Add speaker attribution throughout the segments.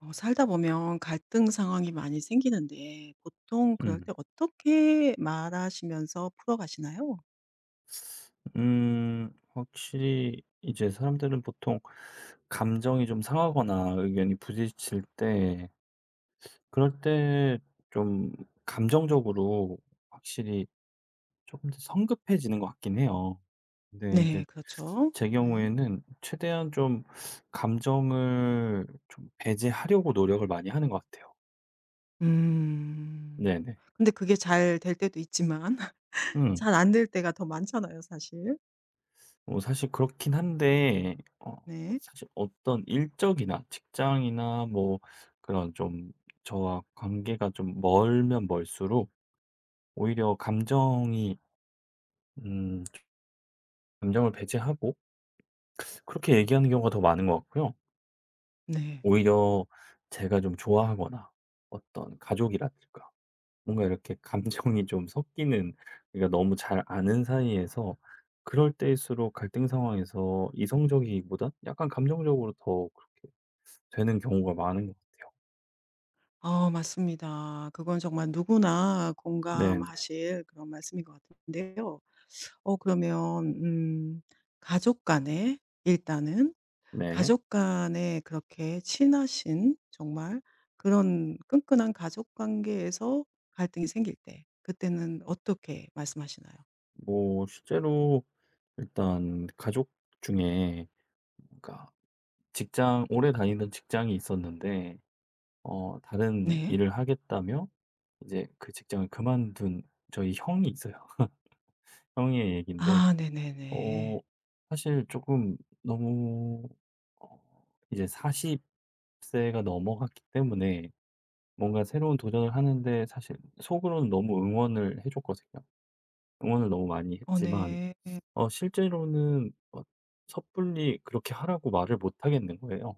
Speaker 1: 어 살다 보면 갈등 상황이 많이 생기는데 보통 그럴
Speaker 2: 음.
Speaker 1: 때 어떻게 말하시면서 풀어가시나요?
Speaker 2: 음. 확실히 이제 사람들은 보통 감정이 좀 상하거나 의견이 부딪힐 때 그럴 때 좀 감정적으로 확실히 조금 더 성급해지는 것 같긴 해요. 근데 이제
Speaker 1: 네. 그렇죠.
Speaker 2: 제
Speaker 1: 네.
Speaker 2: 경우에는 최대한 좀 감정을 좀 배제하려고 노력을 많이 하는 것 같아요.
Speaker 1: 음.
Speaker 2: 네네.
Speaker 1: 근데 그게 잘 될 때도 있지만
Speaker 2: 음.
Speaker 1: 잘 안 될 때가 더 많잖아요 사실.
Speaker 2: 뭐 사실 그렇긴 한데
Speaker 1: 네.
Speaker 2: 사실 어떤 일적이나 직장이나 뭐 그런 좀 저와 관계가 좀 멀면 멀수록 오히려 감정이 음 감정을 배제하고 그렇게 얘기하는 경우가 더 많은 것 같고요.
Speaker 1: 네.
Speaker 2: 오히려 제가 좀 좋아하거나 어떤 가족이라든가 뭔가 이렇게 감정이 좀 섞이는 그러니까 너무 잘 아는 사이에서 그럴 때일수록 갈등 상황에서 이성적이기보단 약간 감정적으로 더 그렇게 되는 경우가 많은 것 같아요.
Speaker 1: 아 맞습니다. 그건 정말 누구나
Speaker 2: 네네.
Speaker 1: 공감하실 그런 말씀인 것 같은데요. 어 그러면 가족 간에 일단은
Speaker 2: 네.
Speaker 1: 가족 간에 그렇게 친하신 정말 그런 끈끈한 가족 관계에서 갈등이 생길 때 그때는 어떻게 말씀하시나요?
Speaker 2: 뭐 실제로 일단 가족 중에 그러니까 직장 오래 다니던 직장이 있었는데 다른
Speaker 1: 네.
Speaker 2: 일을 하겠다며 이제 그 직장을 그만둔 저희 형이 있어요. 형의 얘기인데
Speaker 1: 아
Speaker 2: 어
Speaker 1: 네네네.
Speaker 2: 사실 조금 너무 어 이제 40 세가 넘어갔기 때문에 뭔가 새로운 도전을 하는데 사실 속으로는 너무 응원을 해 줬거든요. 응원을 너무 많이
Speaker 1: 어
Speaker 2: 했지만
Speaker 1: 네.
Speaker 2: 실제로는 섣불리 그렇게 하라고 말을 못 하겠는 거예요.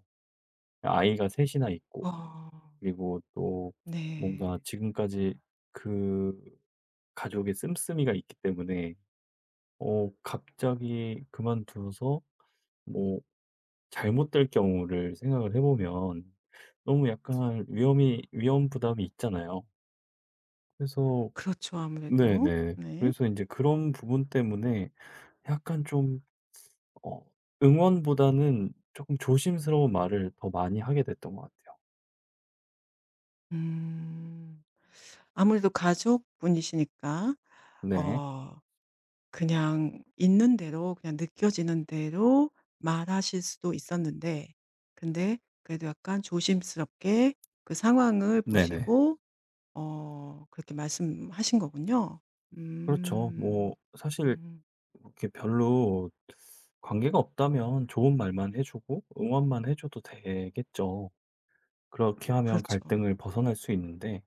Speaker 2: 아이가 셋 이나 있고
Speaker 1: 어
Speaker 2: 그리고 또 뭔가
Speaker 1: 네.
Speaker 2: 지금까지 그 가족의 씀씀이가 있기 때문에 갑자기 그만어서 뭐 잘못될 경우를 생각을 해 보면 너무 약간 위험 부담이 있잖아요. 그래서
Speaker 1: 그렇죠 아무래도.
Speaker 2: 네네.
Speaker 1: 네.
Speaker 2: 그래서 이제 그런 부분 때문에 약간 좀 어 응원보다는 조금 조심스러운 말을 더 많이 하게 됐던 것 같아요.
Speaker 1: 음. 아무래도 가족분이시니까
Speaker 2: 네.
Speaker 1: 어 그냥 있는 대로 그냥 느껴지는 대로 말하실 수도 있었는데 근데 그래도 약간 조심스럽게 그 상황을
Speaker 2: 네네.
Speaker 1: 보시고 어 그렇게 말씀하신 거군요.
Speaker 2: 그렇죠. 뭐
Speaker 1: 음.
Speaker 2: 사실
Speaker 1: 음.
Speaker 2: 이렇게 별로 관계가 없다면 좋은 말만 해 주고 응원만 해 줘도 되겠죠. 그렇게 하면
Speaker 1: 그렇죠.
Speaker 2: 갈등을 벗어날 수 있는데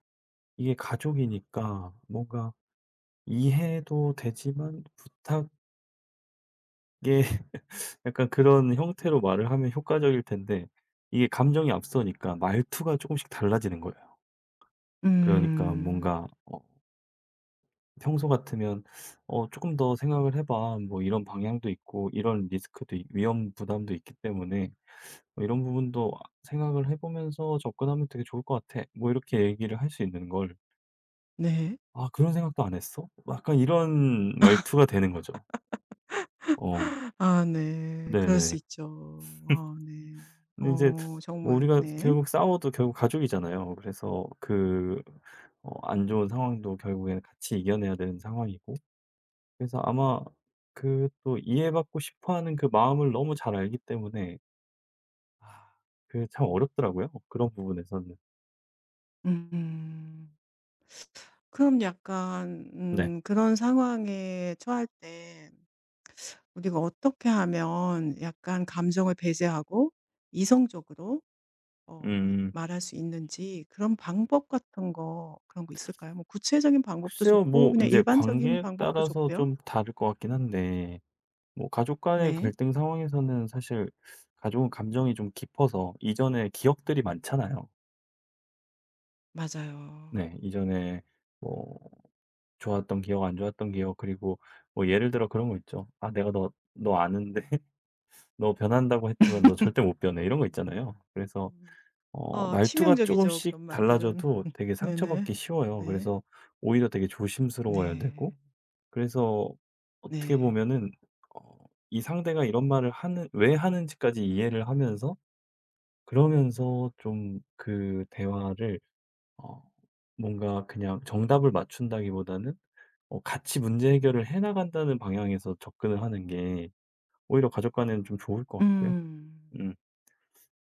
Speaker 2: 이게 가족이니까 뭔가 이해도 되지만 부탁의 약간 그런 형태로 말을 하면 효과적일 텐데 이게 감정이 앞서니까 말투가 조금씩 달라지는 거예요. 그러니까
Speaker 1: 음.
Speaker 2: 뭔가 평소 같으면 "어 금더 생각을 해 봐." 뭐 이런 방향도 있고 이런 리스크도 있 위험 부담도 있기 때문에 뭐 "이런 부분도 아 생각을 해 보면서 접근하면 되게 좋을 것 같아." 뭐 이렇게 얘기를 할 수 있는 걸
Speaker 1: 네.
Speaker 2: "아 그런 생각도 안 했어?" 뭐 약간 이런 말투가 되는 거죠. 어.
Speaker 1: 아 네. 그럴 수
Speaker 2: 네네.
Speaker 1: 있죠. 아 네.
Speaker 2: 근데 이제
Speaker 1: 어
Speaker 2: 뭐
Speaker 1: 정말
Speaker 2: 우리가
Speaker 1: 네.
Speaker 2: 결국 싸워도 결국 가족이잖아요. 그래서 그 안 좋은 상황도 결국에는 같이 이겨내야 되는 상황이고 그래서 아마 그 또 이해받고 싶어 하는 그 마음을 너무 잘 알기 때문에 아 그게 참 어렵더라고요, 그런 부분에서는.
Speaker 1: 음. 음. 그럼 약간
Speaker 2: 네.
Speaker 1: 그런 상황에 처할 때 우리가 어떻게 하면 약간 감정을 배제하고 이성적으로 어
Speaker 2: 음.
Speaker 1: 말할 수 있는지 그런 방법 같은 거 그런 거 있을까요? 뭐 구체적인 방법도
Speaker 2: 글쎄요.
Speaker 1: 좋고
Speaker 2: 뭐
Speaker 1: 그냥
Speaker 2: 이제
Speaker 1: 일반적인
Speaker 2: 관계에
Speaker 1: 방법도
Speaker 2: 따라서
Speaker 1: 좋고요.
Speaker 2: 좀 다를 것 같긴 한데 뭐 가족 간의
Speaker 1: 네.
Speaker 2: 갈등 상황에서는 사실 가족은 감정이 좀 깊어서 이전에 기억들이 많잖아요.
Speaker 1: 맞아요.
Speaker 2: 네. 이전에 뭐 좋았던 기억 안 좋았던 기억 그리고 뭐 예를 들어 그런 거 있죠. "아 내가 너 아는데" "너 변한다고 했지만 너 절대 못 변해." 이런 거
Speaker 1: 음.
Speaker 2: 있잖아요. 그래서
Speaker 1: 음. 어
Speaker 2: 말투가 조금
Speaker 1: 치명적이죠,
Speaker 2: 씩
Speaker 1: 그런 말들은.
Speaker 2: 달라져도 되게
Speaker 1: 네네.
Speaker 2: 상처받기 쉬워요.
Speaker 1: 네.
Speaker 2: 그래서 오히려 되게 조심스러워야
Speaker 1: 네.
Speaker 2: 되고 그래서 어떻게
Speaker 1: 네.
Speaker 2: 보면은 어 이 상대가 이런 말을 하는 왜 하는지까지 이해를 하면서 그러면서 좀 그 대화를 어 뭔가 그냥 정답을 맞춘다기보다는 같이 문제 해결을 해 나간다는 방향에서 접근을 하는 게 오히려 가족 간에는 좀 좋을 것 같고요.
Speaker 1: 음.
Speaker 2: 음.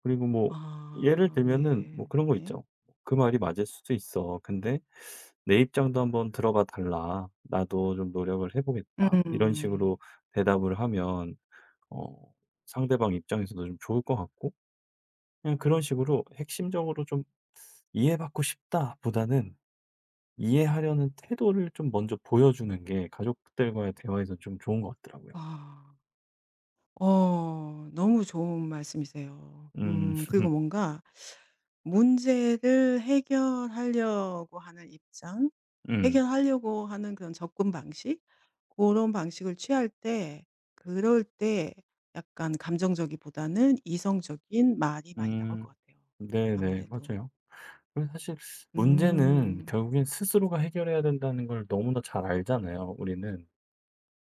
Speaker 2: 그리고 뭐 예를
Speaker 1: 아
Speaker 2: 들면은 뭐
Speaker 1: 네.
Speaker 2: 그런 거
Speaker 1: 네.
Speaker 2: 있죠. "그 말이 맞을 수도 있어. 근데 내 입장도 한번 들어봐 달라. 나도 좀 노력을 해 보겠다." 이런
Speaker 1: 음.
Speaker 2: 식으로 대답을 하면 어 상대방 입장에서도 좀 좋을 것 같고 그냥 그런 식으로 핵심적으로 좀 '이해받고 싶다.'보다는 이해하려는 태도를 좀 먼저 보여주는 게 가족들과의 대화에서 좀 좋은 것 같더라고요.
Speaker 1: 아. 어 너무 좋은 말씀이세요.
Speaker 2: 음.
Speaker 1: 그리고 뭔가 문제를 해결하려고 하는 입장,
Speaker 2: 음.
Speaker 1: 해결하려고 하는 그런 접근 방식 그런 방식을 취할 때 그럴 때 약간 감정적이보다는 이성적인 말이 많이 나올
Speaker 2: 음.
Speaker 1: 것 같아요
Speaker 2: 네네.
Speaker 1: 아무래도.
Speaker 2: 맞아요. 그래서 사실 문제는
Speaker 1: 음
Speaker 2: 결국엔 스스로가 해결해야 된다는 걸 너무나 잘 알잖아요, 우리는.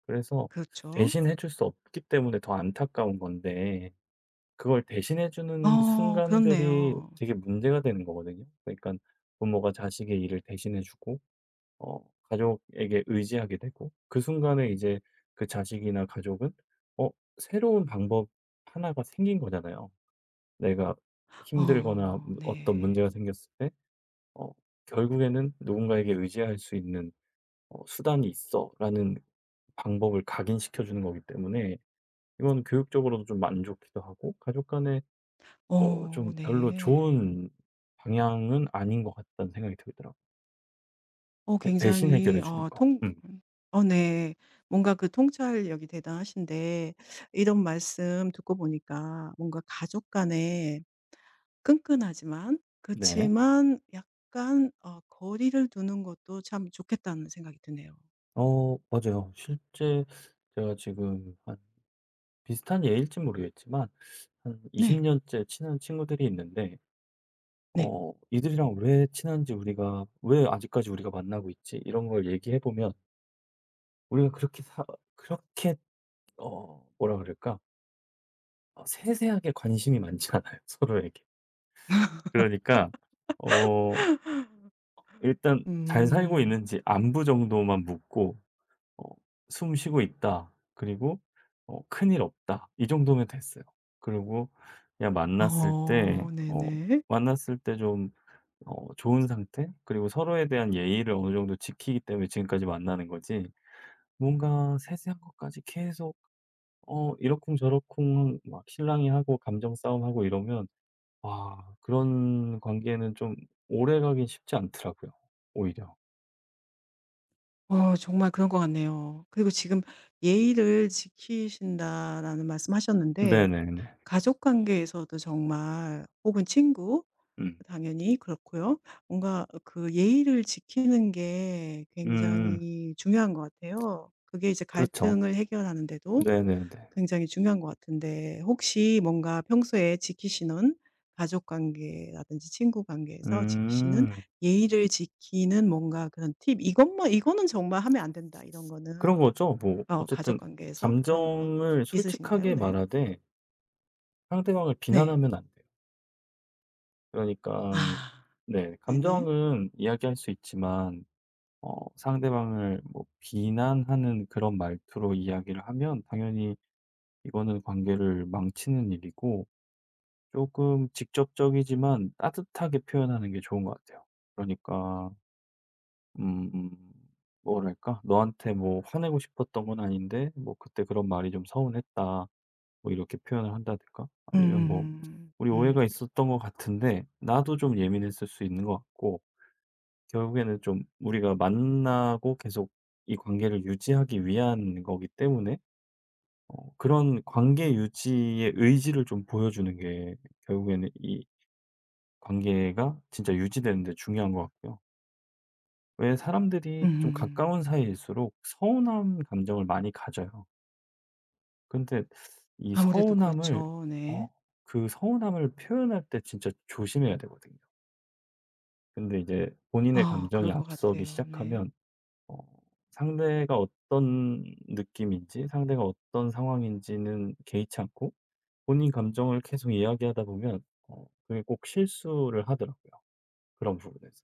Speaker 2: 그래서
Speaker 1: 그렇죠.
Speaker 2: 대신해 줄 수 없기 때문에 더 안타까운 건데 그걸 대신해 주는
Speaker 1: 어
Speaker 2: 순간들이
Speaker 1: 그렇네요.
Speaker 2: 되게 문제가 되는 거거든요. 그러니까 부모가 자식의 일을 대신해 주고 어 가족에게 의지하게 되고 그 순간에 이제 그 자식이나 가족은 어 새로운 방법 하나가 생긴 거잖아요. 내가 힘들거나
Speaker 1: 어
Speaker 2: 어떤
Speaker 1: 네.
Speaker 2: 문제가 생겼을 때 어 결국에는 '누군가에게 의지할 수 있는 수단이 있어.'라는 방법을 각인시켜 주는 거기 때문에 이건 교육적으로도 좀 안 좋기도 하고 가족 간에
Speaker 1: 어
Speaker 2: 좀 별로
Speaker 1: 네.
Speaker 2: 좋은 방향은 아닌 것 같다는 생각이 들더라고요.
Speaker 1: 어
Speaker 2: 해 대신
Speaker 1: 굉장히
Speaker 2: 해결해 주는
Speaker 1: 어
Speaker 2: 거.
Speaker 1: 통
Speaker 2: 음.
Speaker 1: 어 네. 뭔가 그 통찰력이 대단하신데 이런 말씀 듣고 보니까 뭔가 가족 간에 끈끈하지만 그렇지
Speaker 2: 네.
Speaker 1: 만 약간 어 거리를 두는 것도 참 좋겠다는 생각이 드네요.
Speaker 2: 어 맞아요. 실제 제가 지금 한 비슷한 예일진 모르겠지만 한 20
Speaker 1: 네.
Speaker 2: 년째 친한 친구들이 있는데
Speaker 1: 네.
Speaker 2: 이들이랑 왜 친한지 우리가 왜 아직까지 우리가 만나고 있지? 이런 걸 얘기해 보면 우리가 그렇게 사, 그렇게 어, 뭐라 그럴까? 세세하게 관심이 많지 않아요, 서로에게. 그러니까 어, 일단 잘 살고
Speaker 1: 음.
Speaker 2: 있는지 안부 정도만 묻고 어, 숨 쉬고 있다. 그리고 큰일 없다. 이 정도면 됐어요. 그리고 그냥 만났을 때
Speaker 1: 어 네네.
Speaker 2: 만났을 때좀 좋은 상태 그리고 서로에 대한 예의를 어느 정도 지키기 때문에 지금까지 만나는 거지 뭔가 세세한 것까지 계속 이러쿵저러쿵 막 신랑이 하고 감정 싸움하고 이러면 와 그런 관계는 좀 오래가긴 쉽지 않더라고요 오히려.
Speaker 1: 어 정말 그런 것 같네요. 그리고 지금 "예의를 지키신다."라는 말씀하셨는데
Speaker 2: 네네네.
Speaker 1: 가족 관계에서도 정말 혹은 친구
Speaker 2: 음.
Speaker 1: 당연히 그렇고요. 뭔가 그 예의를 지키는 게
Speaker 2: 음음.
Speaker 1: 굉장히 중요한 것 같아요. 그게 이제
Speaker 2: 그렇죠.
Speaker 1: 갈등을 해결하는 데도
Speaker 2: 네네네.
Speaker 1: 굉장히 중요한 것 같은데 혹시 뭔가 평소에 지키시는 가족 관계라든지 친구 관계에서 지키시는
Speaker 2: 음.
Speaker 1: 예의를 지키는 뭔가 그런 팁 이것만 '이거는 정말 하면 안 된다.' 이런
Speaker 2: 그런
Speaker 1: 거는
Speaker 2: 거죠. 뭐
Speaker 1: 어 가족
Speaker 2: 어쨌든
Speaker 1: 관계에서 그런 거
Speaker 2: 감정을
Speaker 1: 있으신가요?
Speaker 2: 솔직하게
Speaker 1: 네.
Speaker 2: 말하되 상대방을
Speaker 1: 네.
Speaker 2: 비난하면 안 돼요. 그러니까
Speaker 1: 아
Speaker 2: 네
Speaker 1: 네네.
Speaker 2: 감정은 이야기할 수 있지만 상대방을 뭐 비난하는 그런 말투로 이야기를 하면 당연히 이거는 관계를 망치는 일이고 조금 직접적이지만 따뜻하게 표현하는 게 좋은 것 같아요. 그러니까 음 뭐랄까 "너한테 뭐 화내고 싶었던 건 아닌데 뭐 그때 그런 말이 좀 서운했다." 뭐 이렇게 표현을 한다든가
Speaker 1: 음.
Speaker 2: 아니면 뭐
Speaker 1: 음.
Speaker 2: "우리
Speaker 1: 음.
Speaker 2: 오해가 있었던 것 같은데 나도 좀 예민했을 수 있는 것 같고" 결국에는 좀 우리가 만나고 계속 이 관계를 유지하기 위한 거기 때문에 그런 관계 유지의 의지를 좀 보여주는 게 결국에는 이 관계가 진짜 유지되는 데 중요한 것 같고요. 왜
Speaker 1: 음,
Speaker 2: 사람들이
Speaker 1: 음,
Speaker 2: 좀
Speaker 1: 음,
Speaker 2: 가까운
Speaker 1: 음.
Speaker 2: 사이일수록 서운함 감정을 많이 가져요. 근데 이
Speaker 1: 아무래도
Speaker 2: 서운함을
Speaker 1: 그렇죠. 네.
Speaker 2: 어 서운함을 표현할 때 진짜 조심해야 되거든요. 근데 이제 본인의
Speaker 1: 아 그럴
Speaker 2: 감정이
Speaker 1: 것
Speaker 2: 앞서기
Speaker 1: 같아요. 네.
Speaker 2: 시작하면 어 상대가 어떤 느낌인지 상대가 어떤 상황인지는 개의치 않고 본인 감정을 계속 이야기하다 보면 그게 꼭 실수를 하더라고요, 그런 부분에서.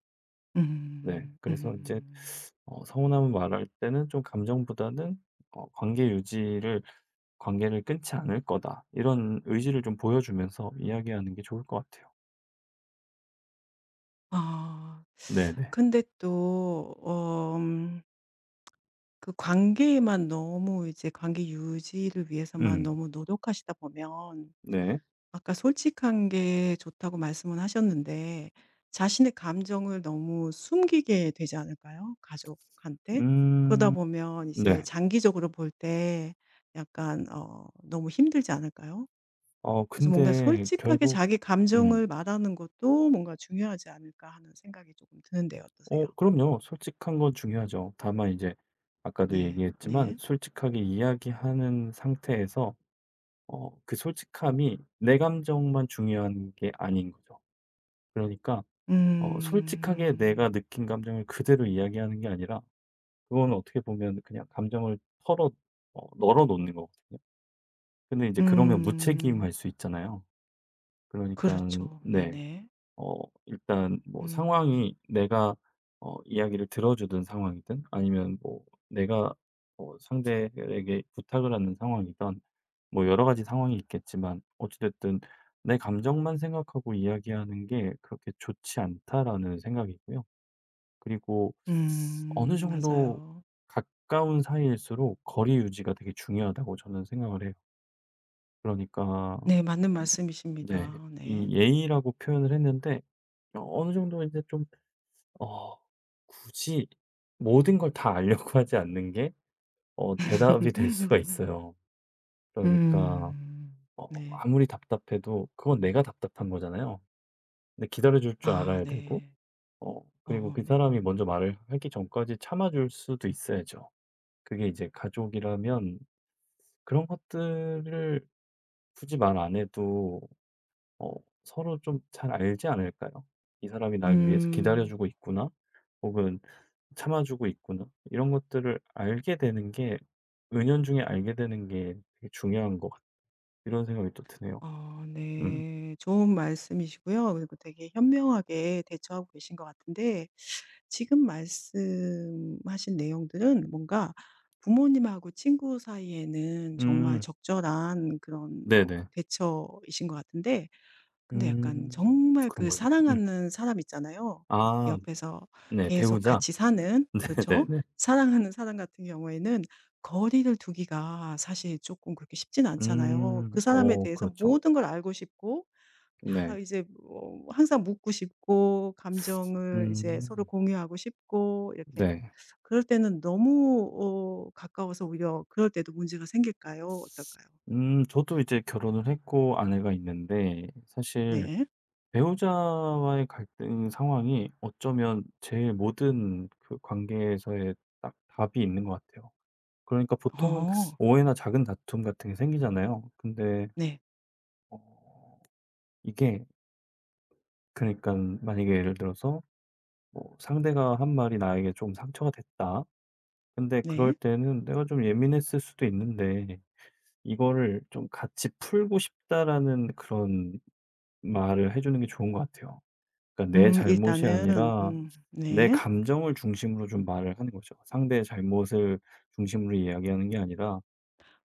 Speaker 2: 네.
Speaker 1: 음.
Speaker 2: 그래서 이제
Speaker 1: 음.
Speaker 2: 서운함을 말할 때는 좀 감정보다는 어 '관계 유지를 관계를 끊지 않을 거다.' 이런 의지를 좀 보여주면서 이야기하는 게 좋을 것 같아요.
Speaker 1: 아.
Speaker 2: 네네.
Speaker 1: 근데 또 어 그 관계에만 너무 이제 관계 유지를 위해서만
Speaker 2: 음.
Speaker 1: 너무 노력하시다 보면
Speaker 2: 네.
Speaker 1: 아까 솔직한 게 좋다고 말씀은 하셨는데 자신의 감정을 너무 숨기게 되지 않을까요? 가족한테? 그러다
Speaker 2: 음.
Speaker 1: 보면 이제
Speaker 2: 네.
Speaker 1: 장기적으로 볼 때 약간 어 너무 힘들지 않을까요?
Speaker 2: 어
Speaker 1: 그래서 뭔가
Speaker 2: 근데
Speaker 1: 솔직하게
Speaker 2: 결국
Speaker 1: 자기
Speaker 2: 음.
Speaker 1: 감정을 말하는 것도 뭔가 중요하지 않을까 하는 생각이 조금 드는데 어떠세요?
Speaker 2: 어 그럼요. 솔직한 건 중요하죠. 다만 이제 아까도
Speaker 1: 네.
Speaker 2: 얘기했지만
Speaker 1: 네.
Speaker 2: 솔직하게 이야기하는 상태에서 그 솔직함이 내 감정만 중요한 게 아닌 거죠. 그러니까 솔직하게 내가
Speaker 1: 음.
Speaker 2: 느낀 감정을 그대로 이야기하는 게 아니라 그건 어떻게 보면 그냥 감정을 털어 어 널어 놓는 거거든요. 근데 이제 그러면 무책임할
Speaker 1: 음.
Speaker 2: 수 있잖아요. 그러니까
Speaker 1: 그렇죠.
Speaker 2: 네.
Speaker 1: 네네.
Speaker 2: 어 일단 뭐
Speaker 1: 음.
Speaker 2: 상황이 내가 이야기를 들어주는 상황이든 아니면 뭐 내가 상대에게 부탁을 하는 상황이든 뭐 여러 가지 상황이 있겠지만 어찌 됐든 내 감정만 생각하고 이야기하는 게 그렇게 좋지 않다라는 생각이고요. 그리고 어느
Speaker 1: 음.
Speaker 2: 정도
Speaker 1: 맞아요.
Speaker 2: 가까운 사이일수록 거리 유지가 되게 중요하다고 저는 생각을 해요. 그러니까
Speaker 1: 네. 맞는
Speaker 2: 네.
Speaker 1: 말씀이십니다. 네.
Speaker 2: 이 예의라고 표현을 했는데 어느 정도 이제좀 어 굳이 모든 걸 다 알려고 하지 않는 게 대답이 될 수가 있어요. 그러니까
Speaker 1: 음. 네.
Speaker 2: 아무리 답답해도 그건 내가 답답한 거잖아요. 근데 기다려 줄 줄
Speaker 1: 아
Speaker 2: 알아야 되고
Speaker 1: 네.
Speaker 2: 그리고
Speaker 1: 어
Speaker 2: 그 사람이
Speaker 1: 네.
Speaker 2: 먼저 말을 하기 전까지 참아 줄 수도 있어야죠. 그게 이제 가족이라면 그런 것들을 굳이 말 안 해도 어 서로 좀 잘 알지 않을까요? '이 사람이 날 위해서 기다려
Speaker 1: 음.
Speaker 2: 주고 있구나.' 혹은 참아주고 있구나. 이런 것들을 알게 되는 게 은연중에 알게 되는 게 되게 중요한 것 같 이런 생각이 또 드네요.
Speaker 1: 어
Speaker 2: 음.
Speaker 1: 네. 좋은 말씀이시고요. 그리고 되게 현명하게 대처하고 계신 것 같은데 지금 말씀하신 내용들은 뭔가 부모님하고 친구 사이에는 정말
Speaker 2: 음.
Speaker 1: 적절한 그런 어
Speaker 2: 네네.
Speaker 1: 대처이신 것 같은데 근데 약간
Speaker 2: 음.
Speaker 1: 정말 그
Speaker 2: 그런가요? 음.
Speaker 1: 사랑하는 사람 있잖아요.
Speaker 2: 아.
Speaker 1: 옆에서
Speaker 2: 네.
Speaker 1: 계속
Speaker 2: 배우자?
Speaker 1: 같이 사는 그 죠
Speaker 2: 네네네.
Speaker 1: 사랑하는 사람 같은 경우에는 거리를 두기가 사실 조금 그렇게 쉽진 않잖아요.
Speaker 2: 음.
Speaker 1: 그 사람에
Speaker 2: 어
Speaker 1: 대해서
Speaker 2: 그렇죠.
Speaker 1: 모든 걸 알고 싶고 다
Speaker 2: 네.
Speaker 1: 이제 뭐 항상 묻고 싶고 감정을 이제 서로
Speaker 2: 음.
Speaker 1: 공유하고 싶고 이렇게
Speaker 2: 네.
Speaker 1: 그럴 때는 너무 어 가까워서 오히려 그럴 때도 문제가 생길까요? 어떨까요?
Speaker 2: 저도 이제 결혼을 했고 아내가 있는데 사실
Speaker 1: 네.
Speaker 2: 배우자와의 갈등 상황이 어쩌면 제일 모든 그 관계에서의 딱 답이 있는 것 같아요. 그러니까 보통은
Speaker 1: 어.
Speaker 2: 오해나 작은 다툼 같은 게 생기잖아요. 근데
Speaker 1: 네.
Speaker 2: 어 이게 그러니까 만약에 예를 들어서 뭐 상대가 한 말이 나에게 좀 상처가 됐다. 근데 그럴
Speaker 1: 네.
Speaker 2: 때는 내가 좀 예민했을 수도 있는데 이거를 좀 같이 풀고 싶다라는 그런 말을 해 주는 게 좋은 것 같아요. 그러니까 내 잘못이
Speaker 1: 일단은
Speaker 2: 아니라 내
Speaker 1: 네.
Speaker 2: 감정을 중심으로 좀 말을 하는 거죠. 상대의 잘못을 중심으로 이야기하는 게 아니라.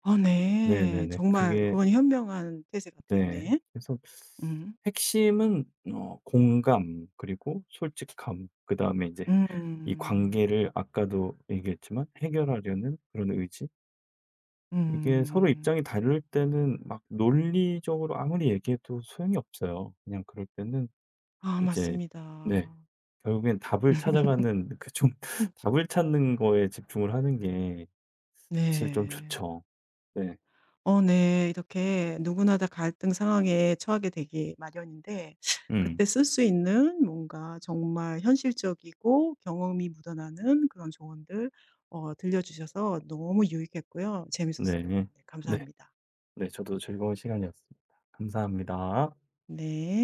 Speaker 1: 어 네.
Speaker 2: 네네네.
Speaker 1: 정말
Speaker 2: 그게
Speaker 1: 그건 현명한 태세 같아요.
Speaker 2: 네.
Speaker 1: 네.
Speaker 2: 그래서
Speaker 1: 음.
Speaker 2: 핵심은 공감 그리고 솔직함 그다음에 이제 이
Speaker 1: 음.
Speaker 2: 관계를 아까도 얘기했지만 해결하려는 그런 의지. 이게 서로
Speaker 1: 음.
Speaker 2: 입장이 다를 때는 막 논리적으로 아무리 얘기해도 소용이 없어요. 그냥 그럴 때는
Speaker 1: 아
Speaker 2: 이제 네
Speaker 1: 맞습니다.
Speaker 2: 결국엔 답을 찾아가는 그 좀
Speaker 1: 음,
Speaker 2: 답을 찾는 거에 집중을 하는 게 사실 좀
Speaker 1: 네.
Speaker 2: 좋죠. 네.
Speaker 1: 어 네. 이렇게 누구나 다 갈등 상황에 처하게 되기 마련인데
Speaker 2: 음.
Speaker 1: 그때 쓸 수 있는 뭔가 정말 현실적이고 경험이 묻어나는 그런 조언들 어 들려 주셔서 너무 유익했고요.
Speaker 2: 네.
Speaker 1: 재밌었습니다. 네
Speaker 2: 네.
Speaker 1: 감사합니다.
Speaker 2: 네 저도 즐거운 시간이었습니다. 감사합니다.
Speaker 1: 네.